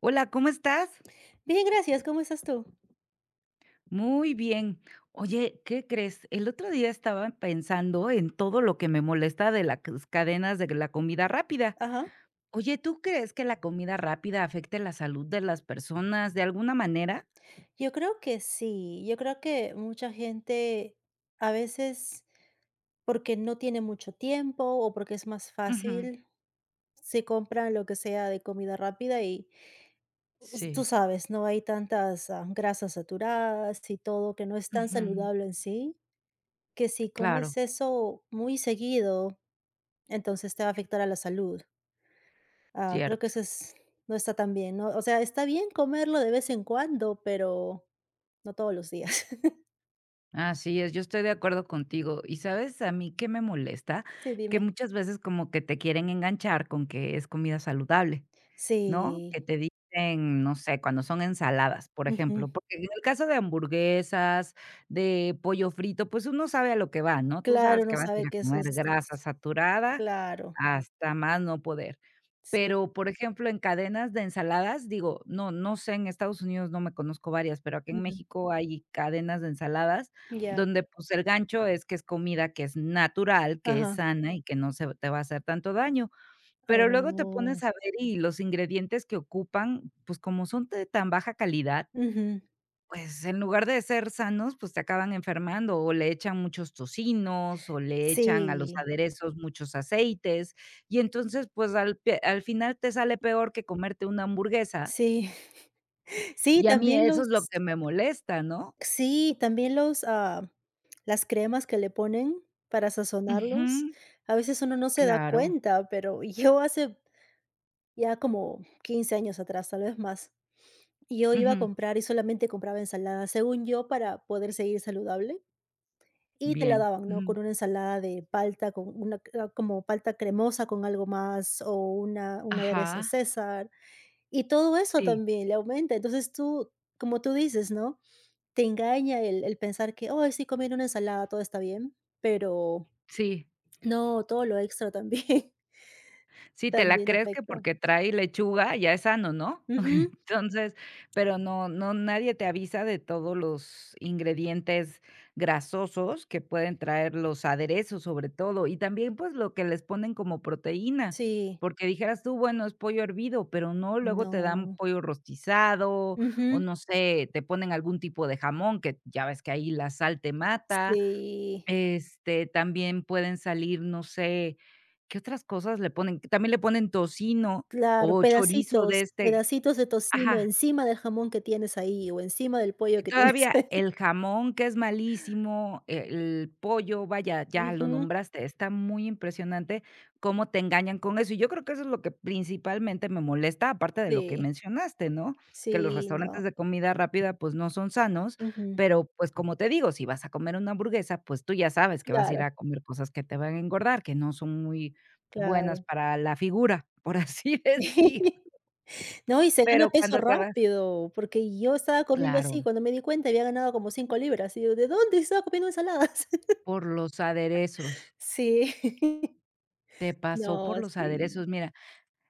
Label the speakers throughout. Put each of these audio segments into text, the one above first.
Speaker 1: Hola, ¿cómo estás?
Speaker 2: Bien, gracias, ¿cómo estás tú?
Speaker 1: Muy bien. Oye, ¿qué crees? El otro día estaba pensando en todo lo que me molesta de las cadenas de la comida rápida.
Speaker 2: Ajá.
Speaker 1: Oye, ¿tú crees que la comida rápida afecte la salud de las personas de alguna manera?
Speaker 2: Yo creo que sí, yo creo que mucha gente a veces porque no tiene mucho tiempo o porque es más
Speaker 1: Ujú.
Speaker 2: fácil, se compran lo que sea de comida rápida y tú
Speaker 1: Sí.
Speaker 2: sabes, no hay tantas grasas saturadas y todo que no es tan
Speaker 1: Ujú.
Speaker 2: saludable en sí, que si
Speaker 1: Claro.
Speaker 2: comes eso muy seguido, entonces te va a afectar a la salud. Creo que
Speaker 1: Cierto.
Speaker 2: no está tan bien, ¿no? O sea, está bien comerlo de vez en cuando, pero no todos los días.
Speaker 1: Así es, yo estoy de acuerdo contigo. Y sabes, a mí qué me molesta,
Speaker 2: Sí,
Speaker 1: que
Speaker 2: dime.
Speaker 1: muchas veces como que te quieren enganchar con que es comida saludable. ¿No?
Speaker 2: Sí,
Speaker 1: Que te dicen, no sé, cuando son ensaladas, por
Speaker 2: ujú.
Speaker 1: ejemplo, porque en el caso de hamburguesas, de pollo frito, pues uno sabe a lo que va, ¿no? Tú
Speaker 2: Claro,
Speaker 1: sabes
Speaker 2: no
Speaker 1: que vas a ir
Speaker 2: sabe
Speaker 1: a
Speaker 2: que eso
Speaker 1: comer
Speaker 2: es,
Speaker 1: grasa saturada
Speaker 2: claro,
Speaker 1: hasta más no poder.
Speaker 2: sí,
Speaker 1: Pero, por ejemplo, en cadenas de ensaladas, digo, no sé, en Estados Unidos no me conozco varias, pero aquí en
Speaker 2: ujú,
Speaker 1: México hay cadenas de ensaladas
Speaker 2: ya,
Speaker 1: donde, pues, el gancho es que es comida que es natural, que es
Speaker 2: ajá,
Speaker 1: sana y que no se te va a hacer tanto daño. Pero luego te pones
Speaker 2: oh,
Speaker 1: a ver y los ingredientes que ocupan, pues, como son de tan baja calidad,
Speaker 2: ujú.
Speaker 1: pues, en lugar de ser sanos, pues, te acaban enfermando, o le echan muchos tocinos, o le echan a los
Speaker 2: Sí,
Speaker 1: aderezos muchos aceites, y entonces, pues, al final te sale peor que comerte una hamburguesa,
Speaker 2: sí, sí,
Speaker 1: y a mí
Speaker 2: también
Speaker 1: eso
Speaker 2: los,
Speaker 1: es lo que me molesta, ¿no?
Speaker 2: sí, también los, las cremas que le ponen para sazonarlos,
Speaker 1: Ujú.
Speaker 2: a veces uno no se da
Speaker 1: Claro.
Speaker 2: cuenta, pero yo hace ya como 15 años atrás, tal vez más, yo iba a
Speaker 1: Ujú.
Speaker 2: comprar y solamente compraba ensalada, según yo, para poder seguir saludable. Y te la
Speaker 1: Bien.
Speaker 2: daban, ¿no?
Speaker 1: Ujú.
Speaker 2: Con una ensalada de palta, con una era como palta cremosa con algo más, o una un aderezo
Speaker 1: Ajá.
Speaker 2: César, y todo eso
Speaker 1: Sí,
Speaker 2: también le aumenta. Entonces tú, como tú dices, ¿no? Te engaña el pensar que: "oh sí, comiendo una ensalada todo está bien", pero
Speaker 1: sí.
Speaker 2: no, todo lo extra también,
Speaker 1: Sí, te la
Speaker 2: también
Speaker 1: crees que
Speaker 2: afecta.
Speaker 1: porque trae lechuga ya es sano, ¿no?
Speaker 2: Ujú.
Speaker 1: Entonces, pero no nadie te avisa de todos los ingredientes grasosos que pueden traer los aderezos, sobre todo, y también, pues, lo que les ponen como proteína,
Speaker 2: Sí.
Speaker 1: porque dijeras tú, bueno, es pollo hervido, pero no, luego te dan
Speaker 2: No.
Speaker 1: pollo rostizado o,
Speaker 2: Ujú.
Speaker 1: no sé, te ponen algún tipo de jamón, que ya ves que ahí la sal te mata,
Speaker 2: Sí.
Speaker 1: este, también pueden salir, no sé, ¿qué otras cosas le ponen? También le ponen tocino
Speaker 2: Claro,
Speaker 1: o chorizo de
Speaker 2: pedacitos,
Speaker 1: este.
Speaker 2: pedacitos de tocino
Speaker 1: Ajá.
Speaker 2: encima del jamón que tienes ahí, o encima del pollo que tienes
Speaker 1: Todavía
Speaker 2: ahí.
Speaker 1: el jamón, que es malísimo, el pollo, vaya, ya lo
Speaker 2: Ujú,
Speaker 1: nombraste, está muy impresionante cómo te engañan con eso. Y yo creo que eso es lo que principalmente me molesta, aparte de lo que
Speaker 2: sí,
Speaker 1: mencionaste, ¿no? Que los
Speaker 2: sí,
Speaker 1: restaurantes
Speaker 2: no,
Speaker 1: de comida rápida, pues, no son sanos,
Speaker 2: ujú,
Speaker 1: pero, pues, como te digo, si vas a comer una hamburguesa, pues, tú ya sabes que vas a ir
Speaker 2: claro,
Speaker 1: a comer cosas que te van a engordar, que no son muy buenas
Speaker 2: claro.
Speaker 1: para la figura, por así decir.
Speaker 2: No, y se gana
Speaker 1: Pero
Speaker 2: peso
Speaker 1: cuando te vas,
Speaker 2: rápido, porque yo estaba comiendo
Speaker 1: claro,
Speaker 2: así, cuando me di cuenta había ganado como 5 libras, y yo: "¿De dónde estaba comiendo ensaladas?".
Speaker 1: por los aderezos.
Speaker 2: Sí.
Speaker 1: Te pasó
Speaker 2: No,
Speaker 1: por los
Speaker 2: sí.
Speaker 1: aderezos, mira,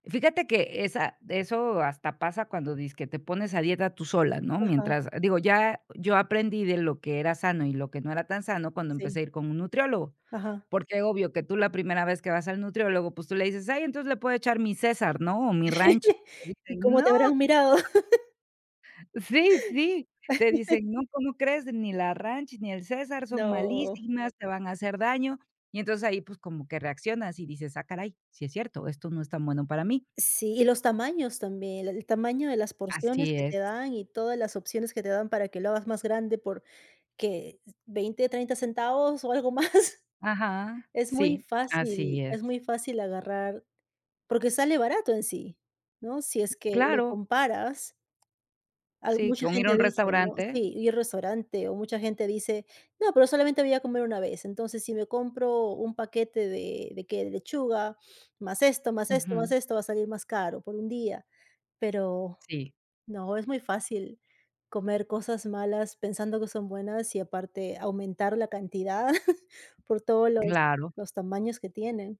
Speaker 1: fíjate que esa eso hasta pasa cuando dices que te pones a dieta tú sola, ¿no?
Speaker 2: Ajá,
Speaker 1: Mientras digo, ya yo aprendí de lo que era sano y lo que no era tan sano cuando
Speaker 2: sí,
Speaker 1: empecé a ir con un nutriólogo,
Speaker 2: ajá.
Speaker 1: porque obvio que tú la primera vez que vas al nutriólogo, pues, tú le dices: "Ay, entonces le puedo echar mi César, ¿no? O mi ranch".
Speaker 2: ¿Y
Speaker 1: Dicen:
Speaker 2: cómo
Speaker 1: "No".
Speaker 2: te habrán mirado?
Speaker 1: Sí, sí, te dicen: "No, ¿cómo crees? Ni la Ranch ni el César son
Speaker 2: No.
Speaker 1: malísimas, te van a hacer daño". Y entonces ahí, pues, como que reaccionas y dices: "Ah, caray, sí es cierto, esto no es tan bueno para mí".
Speaker 2: Sí, y los tamaños también, el tamaño de las porciones
Speaker 1: Así
Speaker 2: que
Speaker 1: es.
Speaker 2: te dan y todas las opciones que te dan para que lo hagas más grande por que 20, 30 centavos o algo más.
Speaker 1: Ajá, sí, así es.
Speaker 2: Es muy fácil agarrar, porque sale barato en sí, ¿no? Si es que lo
Speaker 1: Claro,
Speaker 2: comparas, al
Speaker 1: sí,
Speaker 2: mucha
Speaker 1: con ir a
Speaker 2: gente
Speaker 1: un
Speaker 2: dice, ¿no?
Speaker 1: restaurante.
Speaker 2: Sí, ir al restaurante o mucha gente dice: "No, pero solamente voy a comer una vez, entonces si me compro un paquete ¿de qué? De lechuga, más esto, más esto, más
Speaker 1: Ujú,
Speaker 2: esto, va a salir más caro por un día". Pero
Speaker 1: sí,
Speaker 2: no, es muy fácil comer cosas malas pensando que son buenas y aparte aumentar la cantidad por todos
Speaker 1: claro,
Speaker 2: los tamaños que tienen.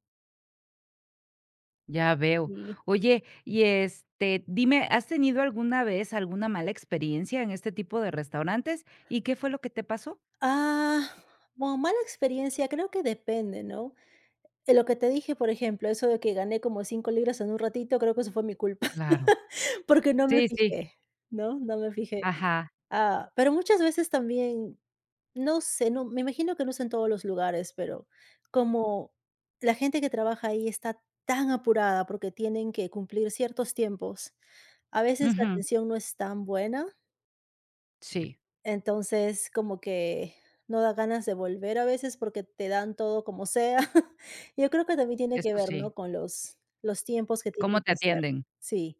Speaker 1: ya veo.
Speaker 2: Y,
Speaker 1: Oye, y, este, dime, ¿has tenido alguna vez alguna mala experiencia en este tipo de restaurantes? ¿Y qué fue lo que te pasó?
Speaker 2: ah, bueno, mala experiencia, creo que depende, ¿no? Lo que te dije, por ejemplo, eso de que gané como 5 libras en un ratito, creo que eso fue mi culpa,
Speaker 1: Claro.
Speaker 2: porque no me
Speaker 1: Sí, sí,
Speaker 2: fijé, ¿no? No me fijé.
Speaker 1: ajá.
Speaker 2: Ah, pero muchas veces también, no sé, no, me imagino que no es en todos los lugares, pero como la gente que trabaja ahí está tan apurada porque tienen que cumplir ciertos tiempos, a veces la
Speaker 1: Ujú,
Speaker 2: atención no es tan buena,
Speaker 1: sí,
Speaker 2: entonces como que no da ganas de volver a veces porque te dan todo como sea. Yo creo que también tiene que
Speaker 1: eso
Speaker 2: ver,
Speaker 1: sí.
Speaker 2: ¿no? Con los tiempos que
Speaker 1: ¿Cómo
Speaker 2: tienen
Speaker 1: te
Speaker 2: que hacer.
Speaker 1: atienden?
Speaker 2: Sí.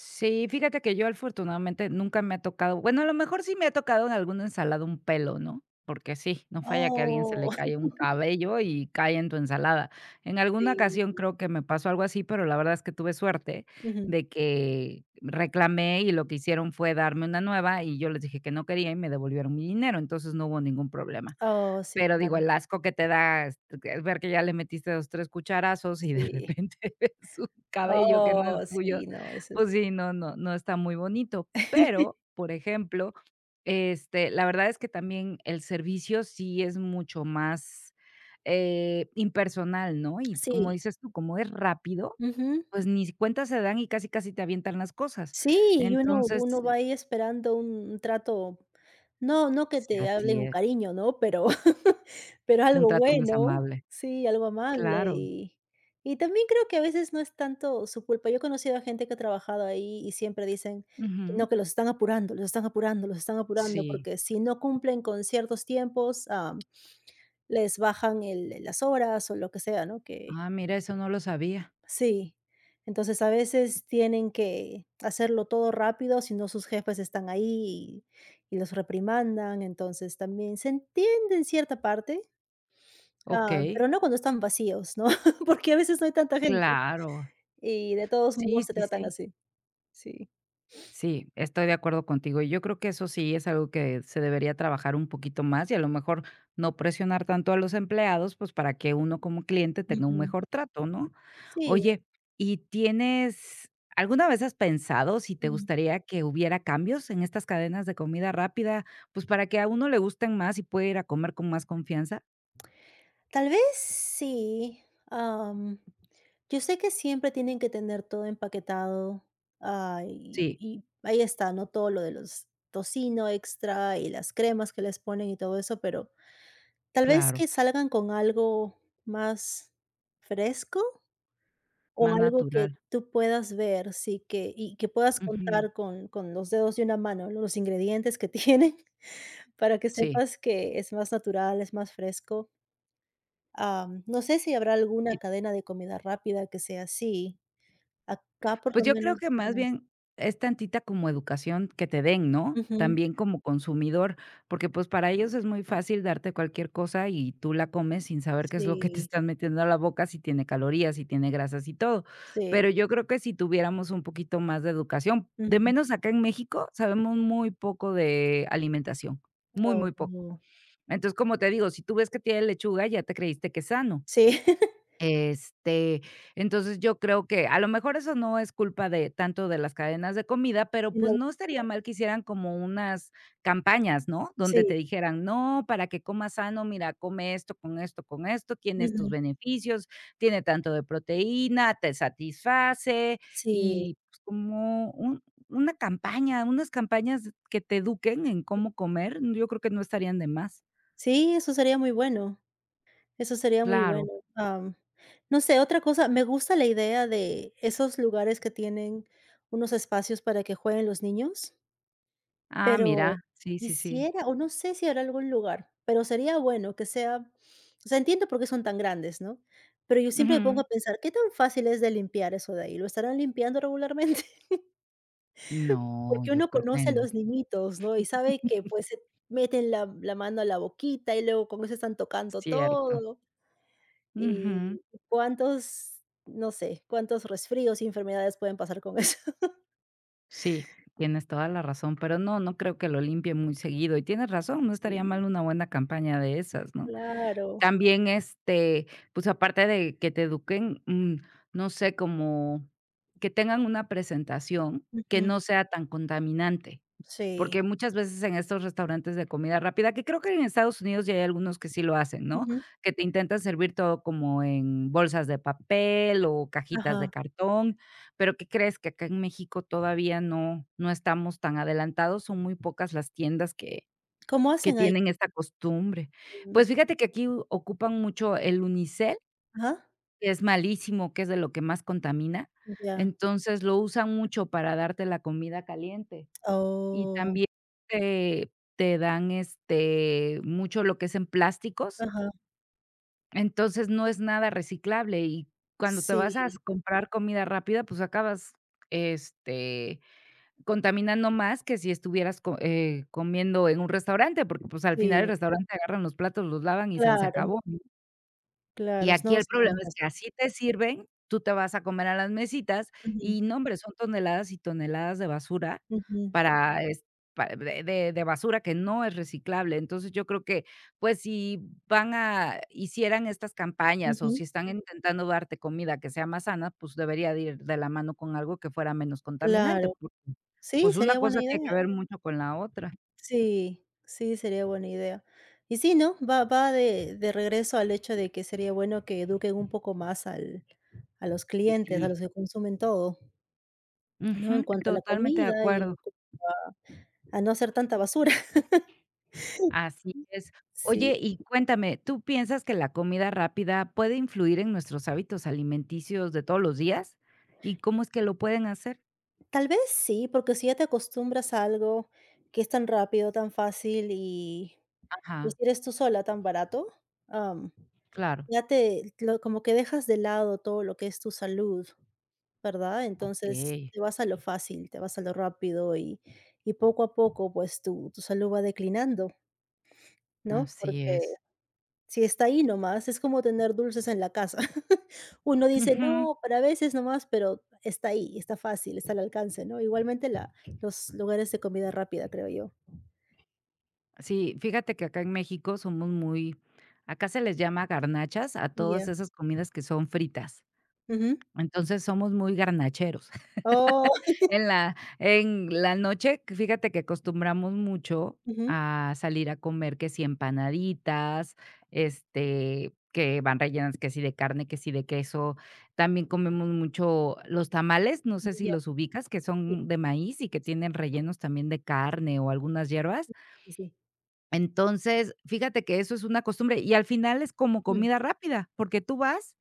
Speaker 1: Sí, fíjate que yo afortunadamente nunca me ha tocado, bueno, a lo mejor sí me ha tocado en alguna ensalada un pelo, ¿no? Porque sí, no falla que a alguien se le
Speaker 2: Oh,
Speaker 1: cae un cabello y cae en tu ensalada. En alguna
Speaker 2: sí.
Speaker 1: ocasión creo que me pasó algo así, pero la verdad es que tuve suerte
Speaker 2: Ujú.
Speaker 1: de que reclamé y lo que hicieron fue darme una nueva y yo les dije que no quería y me devolvieron mi dinero, entonces no hubo ningún problema.
Speaker 2: Oh, sí,
Speaker 1: Pero digo,
Speaker 2: claro.
Speaker 1: el asco que te da es ver que ya le metiste 2 3 cucharazos y de
Speaker 2: Sí.
Speaker 1: repente ves un cabello que no es
Speaker 2: Oh,
Speaker 1: tuyo,
Speaker 2: sí, no, eso
Speaker 1: pues
Speaker 2: es.
Speaker 1: sí, no, no, no está muy bonito. Pero, por ejemplo, este, la verdad es que también el servicio sí es mucho más, impersonal, ¿no? Y como
Speaker 2: Sí,
Speaker 1: dices tú, como es rápido,
Speaker 2: ujú.
Speaker 1: pues ni si cuenta se dan y casi, casi te avientan las cosas.
Speaker 2: Sí, y uno
Speaker 1: Entonces,
Speaker 2: uno
Speaker 1: sí,
Speaker 2: va ahí esperando un trato, no no que te hablen
Speaker 1: así
Speaker 2: con
Speaker 1: es,
Speaker 2: cariño, ¿no? Pero pero
Speaker 1: un
Speaker 2: algo
Speaker 1: trato más
Speaker 2: bueno,
Speaker 1: amable.
Speaker 2: sí, algo amable
Speaker 1: Claro.
Speaker 2: y también creo que a veces no es tanto su culpa. Yo he conocido a gente que ha trabajado ahí y siempre dicen:
Speaker 1: Ujú.
Speaker 2: "No, que los están apurando, los están apurando, los están apurando",
Speaker 1: Sí.
Speaker 2: porque si no cumplen con ciertos tiempos, les bajan el las horas o lo que sea, ¿no? Que
Speaker 1: Ah, mira, eso no lo sabía.
Speaker 2: sí. Entonces, a veces tienen que hacerlo todo rápido, si no sus jefes están ahí y, los reprimandan. Entonces, también se entiende en cierta parte,
Speaker 1: Okey,
Speaker 2: pero no cuando están vacíos, ¿no? Porque a veces no hay tanta gente
Speaker 1: claro.
Speaker 2: y de todos
Speaker 1: Sí,
Speaker 2: modos te
Speaker 1: sí,
Speaker 2: tratan
Speaker 1: sí.
Speaker 2: así. Sí.
Speaker 1: Sí, estoy de acuerdo contigo. Y yo creo que eso sí es algo que se debería trabajar un poquito más y a lo mejor no presionar tanto a los empleados, pues, para que uno como cliente tenga un
Speaker 2: Ujú.
Speaker 1: mejor trato, ¿no?
Speaker 2: Sí.
Speaker 1: Oye, ¿y tienes alguna vez has pensado si te gustaría que hubiera cambios en estas cadenas de comida rápida, pues, para que a uno le gusten más y pueda ir a comer con más confianza?
Speaker 2: Tal vez sí, am, yo sé que siempre tienen que tener todo empaquetado, y
Speaker 1: Sí,
Speaker 2: y ahí está, ¿no? Todo lo de los tocino extra y las cremas que les ponen y todo eso, pero tal vez que
Speaker 1: claro,
Speaker 2: salgan con algo más fresco o
Speaker 1: más
Speaker 2: algo que
Speaker 1: natural.
Speaker 2: tú puedas ver, sí, que y que puedas
Speaker 1: Ujú,
Speaker 2: contar con los dedos de una mano los ingredientes que tienen para que
Speaker 1: sí.
Speaker 2: sepas que es más natural, es más fresco. No sé si habrá alguna
Speaker 1: Y,
Speaker 2: cadena de comida rápida que sea así. Acá por
Speaker 1: pues,
Speaker 2: lo
Speaker 1: yo creo
Speaker 2: menos
Speaker 1: que más
Speaker 2: no.
Speaker 1: bien es tantita como educación que te den, ¿no?
Speaker 2: Ujú.
Speaker 1: También como consumidor, porque, pues, para ellos es muy fácil darte cualquier cosa y tú la comes sin saber qué es lo que te
Speaker 2: Sí,
Speaker 1: están metiendo a la boca, si tiene calorías, si tiene grasas y todo.
Speaker 2: sí.
Speaker 1: Pero yo creo que si tuviéramos un poquito más de educación, de
Speaker 2: Ujú.
Speaker 1: menos acá en México sabemos muy poco de alimentación, muy,
Speaker 2: Oh,
Speaker 1: muy poco.
Speaker 2: no.
Speaker 1: Entonces, como te digo, si tú ves que tiene lechuga, ya te creíste que es sano.
Speaker 2: Sí.
Speaker 1: Este, entonces yo creo que a lo mejor eso no es culpa de tanto de las cadenas de comida, pero, pues,
Speaker 2: No,
Speaker 1: no estaría
Speaker 2: no.
Speaker 1: mal que hicieran como unas campañas, ¿no? Donde te
Speaker 2: Sí.
Speaker 1: dijeran: "No, para que comas sano, mira, come esto con esto con esto, tiene estos
Speaker 2: Ujú.
Speaker 1: beneficios, tiene tanto de proteína, te satisface",
Speaker 2: Sí.
Speaker 1: y, pues, como un una campaña, unas campañas que te eduquen en cómo comer, yo creo que no estarían de más.
Speaker 2: Sí, eso sería muy bueno, eso sería muy
Speaker 1: Claro.
Speaker 2: bueno. No sé, otra cosa, me gusta la idea de esos lugares que tienen unos espacios para que jueguen los niños.
Speaker 1: Ah, mira.
Speaker 2: Pero
Speaker 1: Sí, sí, sí.
Speaker 2: quisiera, o no sé si habrá algún lugar, pero sería bueno que sea, o sea, entiendo por qué son tan grandes, ¿no? Pero yo siempre me pongo
Speaker 1: Ujú.
Speaker 2: a pensar, ¿qué tan fácil es de limpiar eso de ahí? ¿Lo estarán limpiando regularmente?
Speaker 1: No,
Speaker 2: Porque
Speaker 1: yo
Speaker 2: uno
Speaker 1: creo que
Speaker 2: conoce a
Speaker 1: no.
Speaker 2: los niñitos, ¿no? Y sabe que, pues, se meten la mano a la boquita y luego con eso están tocando
Speaker 1: Cierto.
Speaker 2: todo, y
Speaker 1: Ujú.
Speaker 2: cuántos, no sé, cuántos resfríos y enfermedades pueden pasar con eso.
Speaker 1: Sí, tienes toda la razón, pero no, no creo que lo limpie muy seguido. Y tienes razón, no estaría
Speaker 2: Sí,
Speaker 1: mal una buena campaña de esas, ¿no?
Speaker 2: claro.
Speaker 1: También, este, pues, aparte de que te eduquen, no sé, como que tengan una presentación que
Speaker 2: Ujú.
Speaker 1: no sea tan contaminante.
Speaker 2: Sí.
Speaker 1: Porque muchas veces en estos restaurantes de comida rápida, que creo que en Estados Unidos ya hay algunos que sí lo hacen, ¿no?
Speaker 2: Ujú.
Speaker 1: Que te intentan servir todo como en bolsas de papel o cajitas de
Speaker 2: Ajá.
Speaker 1: cartón, pero ¿qué crees? Que acá en México todavía no estamos tan adelantados, son muy pocas las tiendas que
Speaker 2: ¿Cómo hacen ahí?
Speaker 1: tienen esta costumbre.
Speaker 2: En
Speaker 1: Pues fíjate que aquí ocupan mucho el unicel,
Speaker 2: ajá,
Speaker 1: que es malísimo, que es de lo que más contamina,
Speaker 2: ya.
Speaker 1: entonces lo usan mucho para darte la comida caliente. Y
Speaker 2: Oh,
Speaker 1: también te dan, este, mucho lo que es en plásticos,
Speaker 2: ajá,
Speaker 1: entonces no es nada reciclable y cuando te vas a
Speaker 2: sí,
Speaker 1: comprar comida rápida, pues acabas, este, contaminando más que si estuvieras co comiendo en un restaurante, porque, pues, al final el
Speaker 2: sí,
Speaker 1: restaurante agarran los platos, los lavan y san se
Speaker 2: claro,
Speaker 1: acabó. Y
Speaker 2: claro,
Speaker 1: aquí
Speaker 2: no,
Speaker 1: el
Speaker 2: sí
Speaker 1: problema
Speaker 2: tienes
Speaker 1: es que
Speaker 2: razón.
Speaker 1: así te sirven, tú te vas a comer a las mesitas
Speaker 2: Ujú,
Speaker 1: y no, hombre, son toneladas y toneladas de basura
Speaker 2: ujú,
Speaker 1: para es para de basura que no es reciclable. Entonces, yo creo que, pues, si van a hicieran estas campañas o
Speaker 2: ujú,
Speaker 1: si están intentando darte comida que sea más sana, pues, debería de ir de la mano con algo que fuera menos contaminante.
Speaker 2: claro.
Speaker 1: Pu
Speaker 2: Sí,
Speaker 1: Pues,
Speaker 2: sería
Speaker 1: una
Speaker 2: buena
Speaker 1: cosa tiene
Speaker 2: idea.
Speaker 1: que ver mucho con la otra.
Speaker 2: Sí, sí, sería buena idea. Y sí, ¿no? Va de regreso al hecho de que sería bueno que eduquen un poco más al a los clientes, a
Speaker 1: Sí.
Speaker 2: los que consumen todo, ¿no? En
Speaker 1: Ujú,
Speaker 2: cuanto a la
Speaker 1: totalmente de
Speaker 2: comida y en
Speaker 1: acuerdo.
Speaker 2: cuanto a no hacer tanta basura.
Speaker 1: Así es.
Speaker 2: Sí.
Speaker 1: Oye, y cuéntame, ¿tú piensas que la comida rápida puede influir en nuestros hábitos alimenticios de todos los días? ¿Y cómo es que lo pueden hacer?
Speaker 2: Tal vez sí, porque si ya te acostumbras a algo que es tan rápido, tan fácil y pues,
Speaker 1: Ajá,
Speaker 2: si eres tú sola, tan barato, am,
Speaker 1: claro.
Speaker 2: ya te lo, como que dejas de lado todo lo que es tu salud, ¿verdad? Entonces,
Speaker 1: Okey,
Speaker 2: te vas a lo fácil, te vas a lo rápido y poco a poco, pues, tu salud va declinando, ¿no?
Speaker 1: así
Speaker 2: Porque
Speaker 1: es.
Speaker 2: si está ahí nomás, es como tener dulces en la casa. Uno dice:
Speaker 1: Ujú.
Speaker 2: "No, para veces nomás", pero está ahí, está fácil, está al alcance, ¿no? Igualmente la, los lugares de comida rápida, creo yo.
Speaker 1: Sí, fíjate que acá en México somos muy acá se les llama garnachas a todas
Speaker 2: Ya.
Speaker 1: esas comidas que son fritas.
Speaker 2: Ujú.
Speaker 1: Entonces, somos muy garnacheros.
Speaker 2: Oh,
Speaker 1: En la noche, que fíjate que acostumbramos mucho
Speaker 2: ujú.
Speaker 1: a salir a comer que si empanaditas, este, que van rellenas que si de carne, que si de queso. También comemos mucho los tamales, no sé si
Speaker 2: Ya,
Speaker 1: los ubicas, que
Speaker 2: sí,
Speaker 1: son de maíz y que tienen rellenos también de carne o algunas hierbas.
Speaker 2: sí, sí.
Speaker 1: Entonces, fíjate que eso es una costumbre y al final es como
Speaker 2: Mm,
Speaker 1: comida rápida, porque tú vas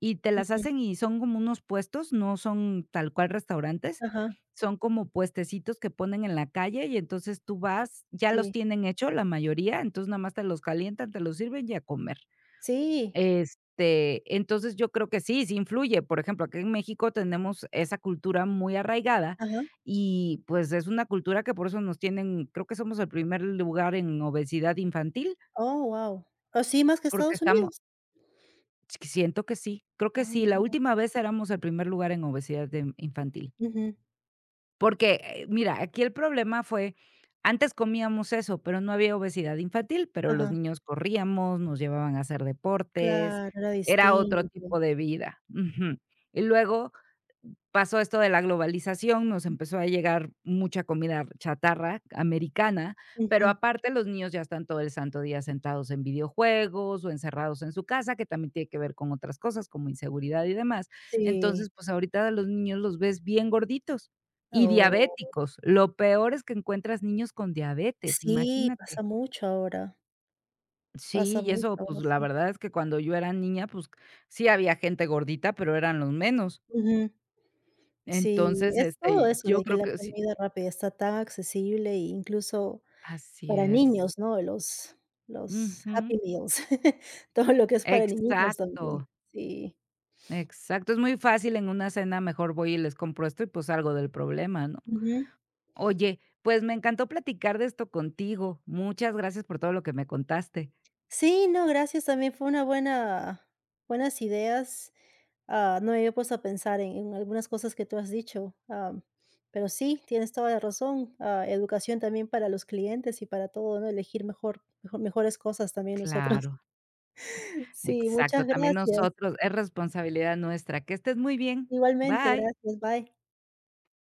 Speaker 1: y te las
Speaker 2: ujú.
Speaker 1: hacen y son como unos puestos, no son tal cual restaurantes,
Speaker 2: Ajá,
Speaker 1: son como puestecitos que ponen en la calle y entonces tú vas, ya los
Speaker 2: sí.
Speaker 1: tienen hecho la mayoría, entonces nada más te los calientan, te los sirven y a comer.
Speaker 2: Sí.
Speaker 1: Este, entonces yo creo que sí, sí influye. Por ejemplo, aquí en México tenemos esa cultura muy arraigada
Speaker 2: Ajá.
Speaker 1: y pues es una cultura que por eso nos tienen, creo que somos el primer lugar en obesidad infantil,
Speaker 2: Oh, wow. ¿Ah, sí, más que
Speaker 1: porque
Speaker 2: Estados
Speaker 1: estamos.
Speaker 2: Unidos?
Speaker 1: Ch Siento que sí, creo que sí. La
Speaker 2: Ah,
Speaker 1: última vez éramos el primer lugar en obesidad de infantil,
Speaker 2: ujú.
Speaker 1: porque, mira, aquí el problema fue, antes comíamos eso, pero no había obesidad infantil, pero los
Speaker 2: Ajá.
Speaker 1: niños corríamos, nos llevaban a hacer deportes,
Speaker 2: Claro, era
Speaker 1: era otro
Speaker 2: distinto.
Speaker 1: tipo de vida. Ujú. Y luego pasó esto de la globalización, nos empezó a llegar mucha comida chatarra americana, pero
Speaker 2: Ujú.
Speaker 1: aparte los niños ya están todo el santo día sentados en videojuegos o encerrados en su casa, que también tiene que ver con otras cosas como inseguridad y demás.
Speaker 2: Sí.
Speaker 1: Entonces, pues ahorita los niños los ves bien gorditos y
Speaker 2: Oh,
Speaker 1: diabéticos. Lo peor es que encuentras niños con diabetes,
Speaker 2: sí,
Speaker 1: imagínate.
Speaker 2: pasa mucho ahora.
Speaker 1: Sí,
Speaker 2: Pasa
Speaker 1: y
Speaker 2: mucho
Speaker 1: eso, pues
Speaker 2: ahora,
Speaker 1: la
Speaker 2: sí.
Speaker 1: verdad es que cuando yo era niña, pues sí había gente gordita, pero eran los menos.
Speaker 2: Ujú. Sí,
Speaker 1: Entonces,
Speaker 2: es todo
Speaker 1: este,
Speaker 2: eso
Speaker 1: yo
Speaker 2: de que
Speaker 1: creo
Speaker 2: la
Speaker 1: que sí.
Speaker 2: comida rápida está tan accesible e incluso
Speaker 1: Así
Speaker 2: para
Speaker 1: es.
Speaker 2: niños, ¿no? Los
Speaker 1: Ujú.
Speaker 2: Happy Meals, todo lo que es para niñitos
Speaker 1: Exacto,
Speaker 2: también, sí.
Speaker 1: exacto. Es muy fácil en una cena, mejor voy y les compro esto y pues salgo del problema, ¿no?
Speaker 2: Ujú.
Speaker 1: Oye, pues me encantó platicar de esto contigo. Muchas gracias por todo lo que me contaste.
Speaker 2: Sí, no, gracias, también fue una buenas ideas. No me había puesto a pensar en algunas cosas que tú has dicho, pero sí, tienes toda la razón, educación también para los clientes y para todo, ¿no? Elegir mejores cosas también nosotros.
Speaker 1: Claro,
Speaker 2: Sí,
Speaker 1: exacto.
Speaker 2: muchas
Speaker 1: También
Speaker 2: gracias.
Speaker 1: nosotros, es responsabilidad nuestra. Que estés muy bien.
Speaker 2: Igualmente,
Speaker 1: Bye.
Speaker 2: gracias. Bye.